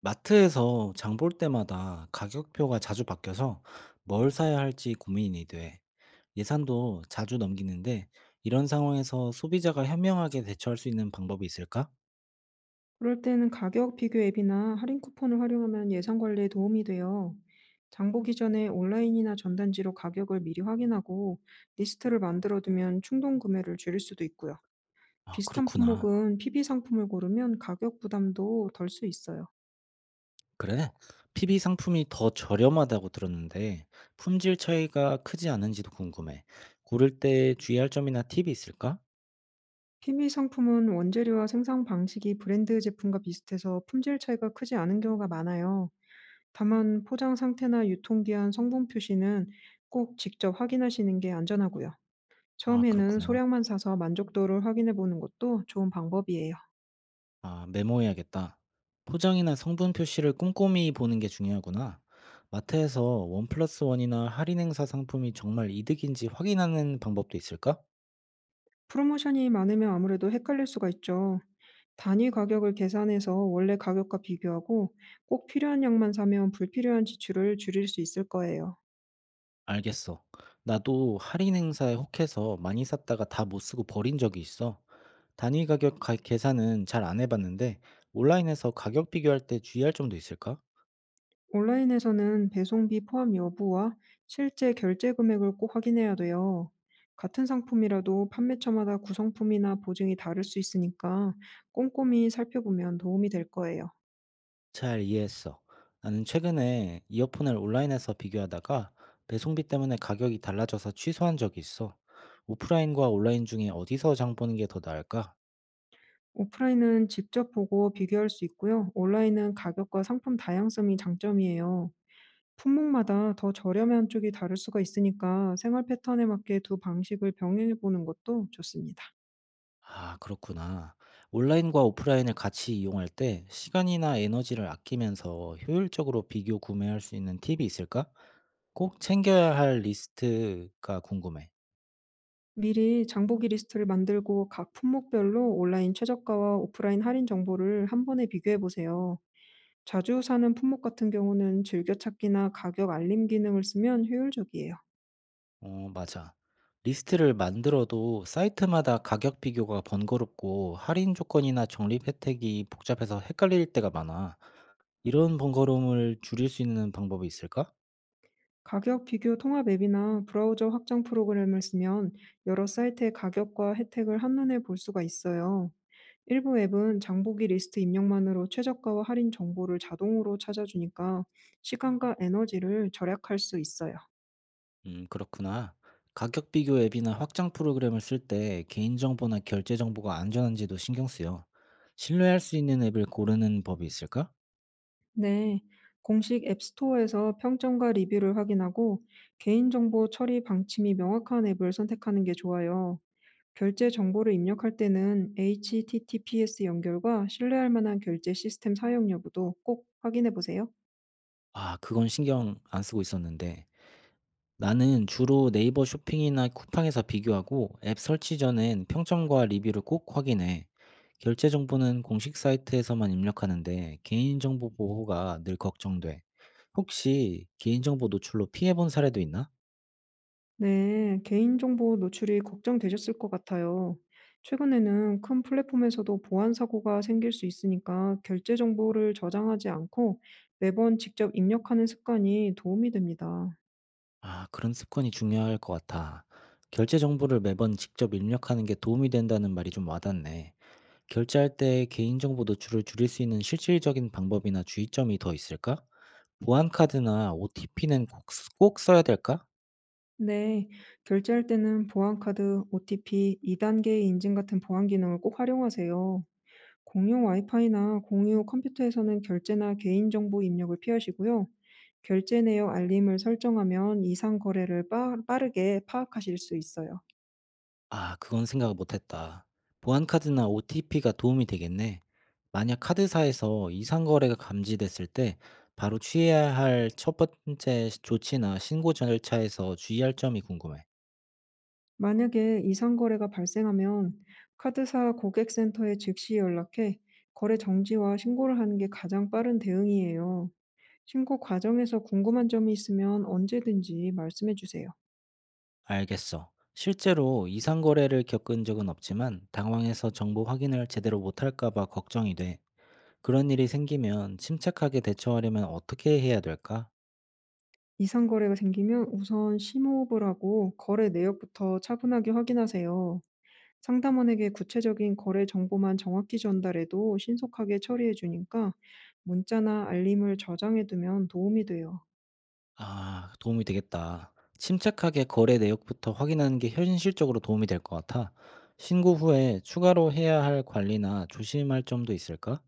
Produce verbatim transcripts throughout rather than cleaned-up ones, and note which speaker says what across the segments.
Speaker 1: 마트에서 장볼 때마다 가격표가 자주 바뀌어서 뭘 사야 할지 고민이 돼. 예산도 자주 넘기는데 이런 상황에서 소비자가 현명하게 대처할 수 있는 방법이 있을까?
Speaker 2: 그럴 때는 가격 비교 앱이나 할인 쿠폰을 활용하면 예산 관리에 도움이 돼요. 장 보기 전에 온라인이나 전단지로 가격을 미리 확인하고 리스트를 만들어 두면 충동 구매를 줄일 수도 있고요.
Speaker 1: 아,
Speaker 2: 비슷한
Speaker 1: 그렇구나.
Speaker 2: 품목은 피비 상품을 고르면 가격 부담도 덜 수 있어요.
Speaker 1: 그래. 피비 상품이 더 저렴하다고 들었는데 품질 차이가 크지 않은지도 궁금해. 고를 때 주의할 점이나 팁이 있을까?
Speaker 2: 피비 상품은 원재료와 생산 방식이 브랜드 제품과 비슷해서 품질 차이가 크지 않은 경우가 많아요. 다만 포장 상태나 유통기한, 성분 표시는 꼭 직접 확인하시는 게 안전하고요.
Speaker 1: 아,
Speaker 2: 처음에는
Speaker 1: 그렇구나.
Speaker 2: 소량만 사서 만족도를 확인해 보는 것도 좋은 방법이에요.
Speaker 1: 아, 메모해야겠다. 포장이나 성분 표시를 꼼꼼히 보는 게 중요하구나. 마트에서 원 플러스 원이나 할인 행사 상품이 정말 이득인지 확인하는 방법도 있을까?
Speaker 2: 프로모션이 많으면 아무래도 헷갈릴 수가 있죠. 단위 가격을 계산해서 원래 가격과 비교하고 꼭 필요한 양만 사면 불필요한 지출을 줄일 수 있을 거예요.
Speaker 1: 알겠어. 나도 할인 행사에 혹해서 많이 샀다가 다 못 쓰고 버린 적이 있어. 단위 가격 가- 계산은 잘 안 해봤는데 온라인에서 가격 비교할 때 주의할 점도 있을까?
Speaker 2: 온라인에서는 배송비 포함 여부와 실제 결제 금액을 꼭 확인해야 돼요. 같은 상품이라도 판매처마다 구성품이나 보증이 다를 수 있으니까 꼼꼼히 살펴보면 도움이 될 거예요.
Speaker 1: 잘 이해했어. 나는 최근에 이어폰을 온라인에서 비교하다가 배송비 때문에 가격이 달라져서 취소한 적이 있어. 오프라인과 온라인 중에 어디서 장 보는 게 더 나을까?
Speaker 2: 오프라인은 직접 보고 비교할 수 있고요. 온라인은 가격과 상품 다양성이 장점이에요. 품목마다 더 저렴한 쪽이 다를 수가 있으니까 생활 패턴에 맞게 두 방식을 병행해 보는 것도 좋습니다.
Speaker 1: 아, 그렇구나. 온라인과 오프라인을 같이 이용할 때 시간이나 에너지를 아끼면서 효율적으로 비교 구매할 수 있는 팁이 있을까? 꼭 챙겨야 할 리스트가 궁금해.
Speaker 2: 미리 장보기 리스트를 만들고 각 품목별로 온라인 최저가와 오프라인 할인 정보를 한 번에 비교해 보세요. 자주 사는 품목 같은 경우는 즐겨찾기나 가격 알림 기능을 쓰면 효율적이에요.
Speaker 1: 어, 맞아. 리스트를 만들어도 사이트마다 가격 비교가 번거롭고 할인 조건이나 적립 혜택이 복잡해서 헷갈릴 때가 많아. 이런 번거로움을 줄일 수 있는 방법이 있을까?
Speaker 2: 가격 비교 통합 앱이나 브라우저 확장 프로그램을 쓰면 여러 사이트의 가격과 혜택을 한눈에 볼 수가 있어요. 일부 앱은 장보기 리스트 입력만으로 최저가와 할인 정보를 자동으로 찾아주니까 시간과 에너지를 절약할 수 있어요.
Speaker 1: 음, 그렇구나. 가격 비교 앱이나 확장 프로그램을 쓸 때 개인정보나 결제 정보가 안전한지도 신경 쓰여. 신뢰할 수 있는 앱을 고르는 법이 있을까?
Speaker 2: 네. 공식 앱 스토어에서 평점과 리뷰를 확인하고 개인정보 처리 방침이 명확한 앱을 선택하는 게 좋아요. 결제 정보를 입력할 때는 에이치티티피에스 연결과 신뢰할 만한 결제 시스템 사용 여부도 꼭 확인해 보세요.
Speaker 1: 아, 그건 신경 안 쓰고 있었는데. 나는 주로 네이버 쇼핑이나 쿠팡에서 비교하고 앱 설치 전엔 평점과 리뷰를 꼭 확인해. 결제 정보는 공식 사이트에서만 입력하는데 개인정보 보호가 늘 걱정돼. 혹시 개인정보 노출로 피해본 사례도 있나?
Speaker 2: 네, 개인정보 노출이 걱정되셨을 것 같아요. 최근에는 큰 플랫폼에서도 보안 사고가 생길 수 있으니까 결제 정보를 저장하지 않고 매번 직접 입력하는 습관이 도움이 됩니다.
Speaker 1: 아, 그런 습관이 중요할 것 같아. 결제 정보를 매번 직접 입력하는 게 도움이 된다는 말이 좀 와닿네. 결제할 때 개인정보 노출을 줄일 수 있는 실질적인 방법이나 주의점이 더 있을까? 보안 카드나 오티피는 꼭 쓰 꼭 써야 될까?
Speaker 2: 네, 결제할 때는 보안카드, 오티피, 이 단계 인증 같은 보안 기능을 꼭 활용하세요. 공용 와이파이나 공유 컴퓨터에서는 결제나 개인정보 입력을 피하시고요. 결제 내역 알림을 설정하면 이상 거래를 빠, 빠르게 파악하실 수 있어요.
Speaker 1: 아, 그건 생각을 못 했다. 보안 카드나 오티피가 도움이 되겠네. 만약 카드사에서 이상 거래가 감지됐을 때 바로 취해야 할 첫 번째 조치나 신고 절차에서 주의할 점이 궁금해.
Speaker 2: 만약에 이상 거래가 발생하면 카드사 고객센터에 즉시 연락해 거래 정지와 신고를 하는 게 가장 빠른 대응이에요. 신고 과정에서 궁금한 점이 있으면 언제든지 말씀해 주세요.
Speaker 1: 알겠어. 실제로 이상 거래를 겪은 적은 없지만 당황해서 정보 확인을 제대로 못할까 봐 걱정이 돼. 그런 일이 생기면 침착하게 대처하려면 어떻게 해야 될까?
Speaker 2: 이상 거래가 생기면 우선 심호흡을 하고 거래 내역부터 차분하게 확인하세요. 상담원에게 구체적인 거래 정보만 정확히 전달해도 신속하게 처리해 주니까 문자나 알림을 저장해 두면 도움이 돼요.
Speaker 1: 아, 도움이 되겠다. 침착하게 거래 내역부터 확인하는 게 현실적으로 도움이 될 것 같아. 신고 후에 추가로 해야 할 관리나 조심할 점도 있을까?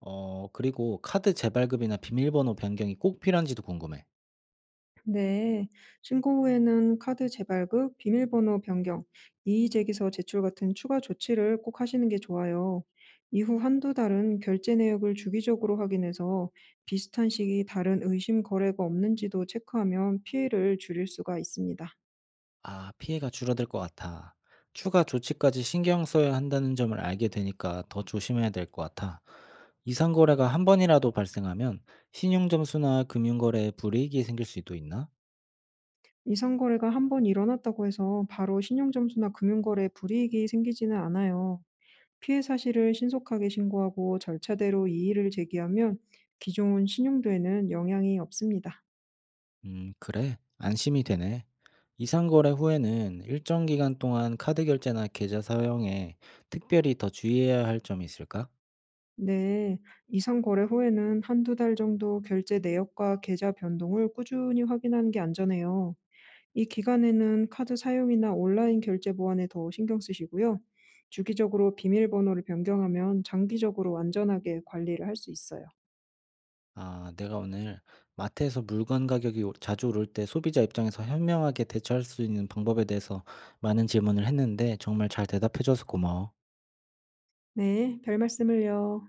Speaker 1: 어, 그리고 카드 재발급이나 비밀번호 변경이 꼭 필요한지도 궁금해.
Speaker 2: 네, 신고 후에는 카드 재발급, 비밀번호 변경, 이의제기서 제출 같은 추가 조치를 꼭 하시는 게 좋아요. 이후 한두 달은 결제 내역을 주기적으로 확인해서 비슷한 시기 다른 의심 거래가 없는지도 체크하면 피해를 줄일 수가 있습니다.
Speaker 1: 아, 피해가 줄어들 것 같아. 추가 조치까지 신경 써야 한다는 점을 알게 되니까 더 조심해야 될 것 같아. 이상 거래가 한 번이라도 발생하면 신용 점수나 금융 거래에 불이익이 생길 수도 있나?
Speaker 2: 이상 거래가 한번 일어났다고 해서 바로 신용 점수나 금융 거래에 불이익이 생기지는 않아요. 피해 사실을 신속하게 신고하고 절차대로 이의를 제기하면 기존 신용도에는 영향이 없습니다.
Speaker 1: 음, 그래. 안심이 되네. 이상거래 후에는 일정 기간 동안 카드 결제나 계좌 사용에 특별히 더 주의해야 할 점이 있을까?
Speaker 2: 네. 이상 거래 후에는 한두 달 정도 결제 내역과 계좌 변동을 꾸준히 확인하는 게 안전해요. 이 기간에는 카드 사용이나 온라인 결제 보안에 더 신경 쓰시고요. 주기적으로 비밀번호를 변경하면 장기적으로 안전하게 관리를 할 수 있어요.
Speaker 1: 아, 내가 오늘 마트에서 물건 가격이 오- 자주 오를 때 소비자 입장에서 현명하게 대처할 수 있는 방법에 대해서 많은 질문을 했는데 정말 잘 대답해줘서 고마워.
Speaker 2: 네, 별말씀을요.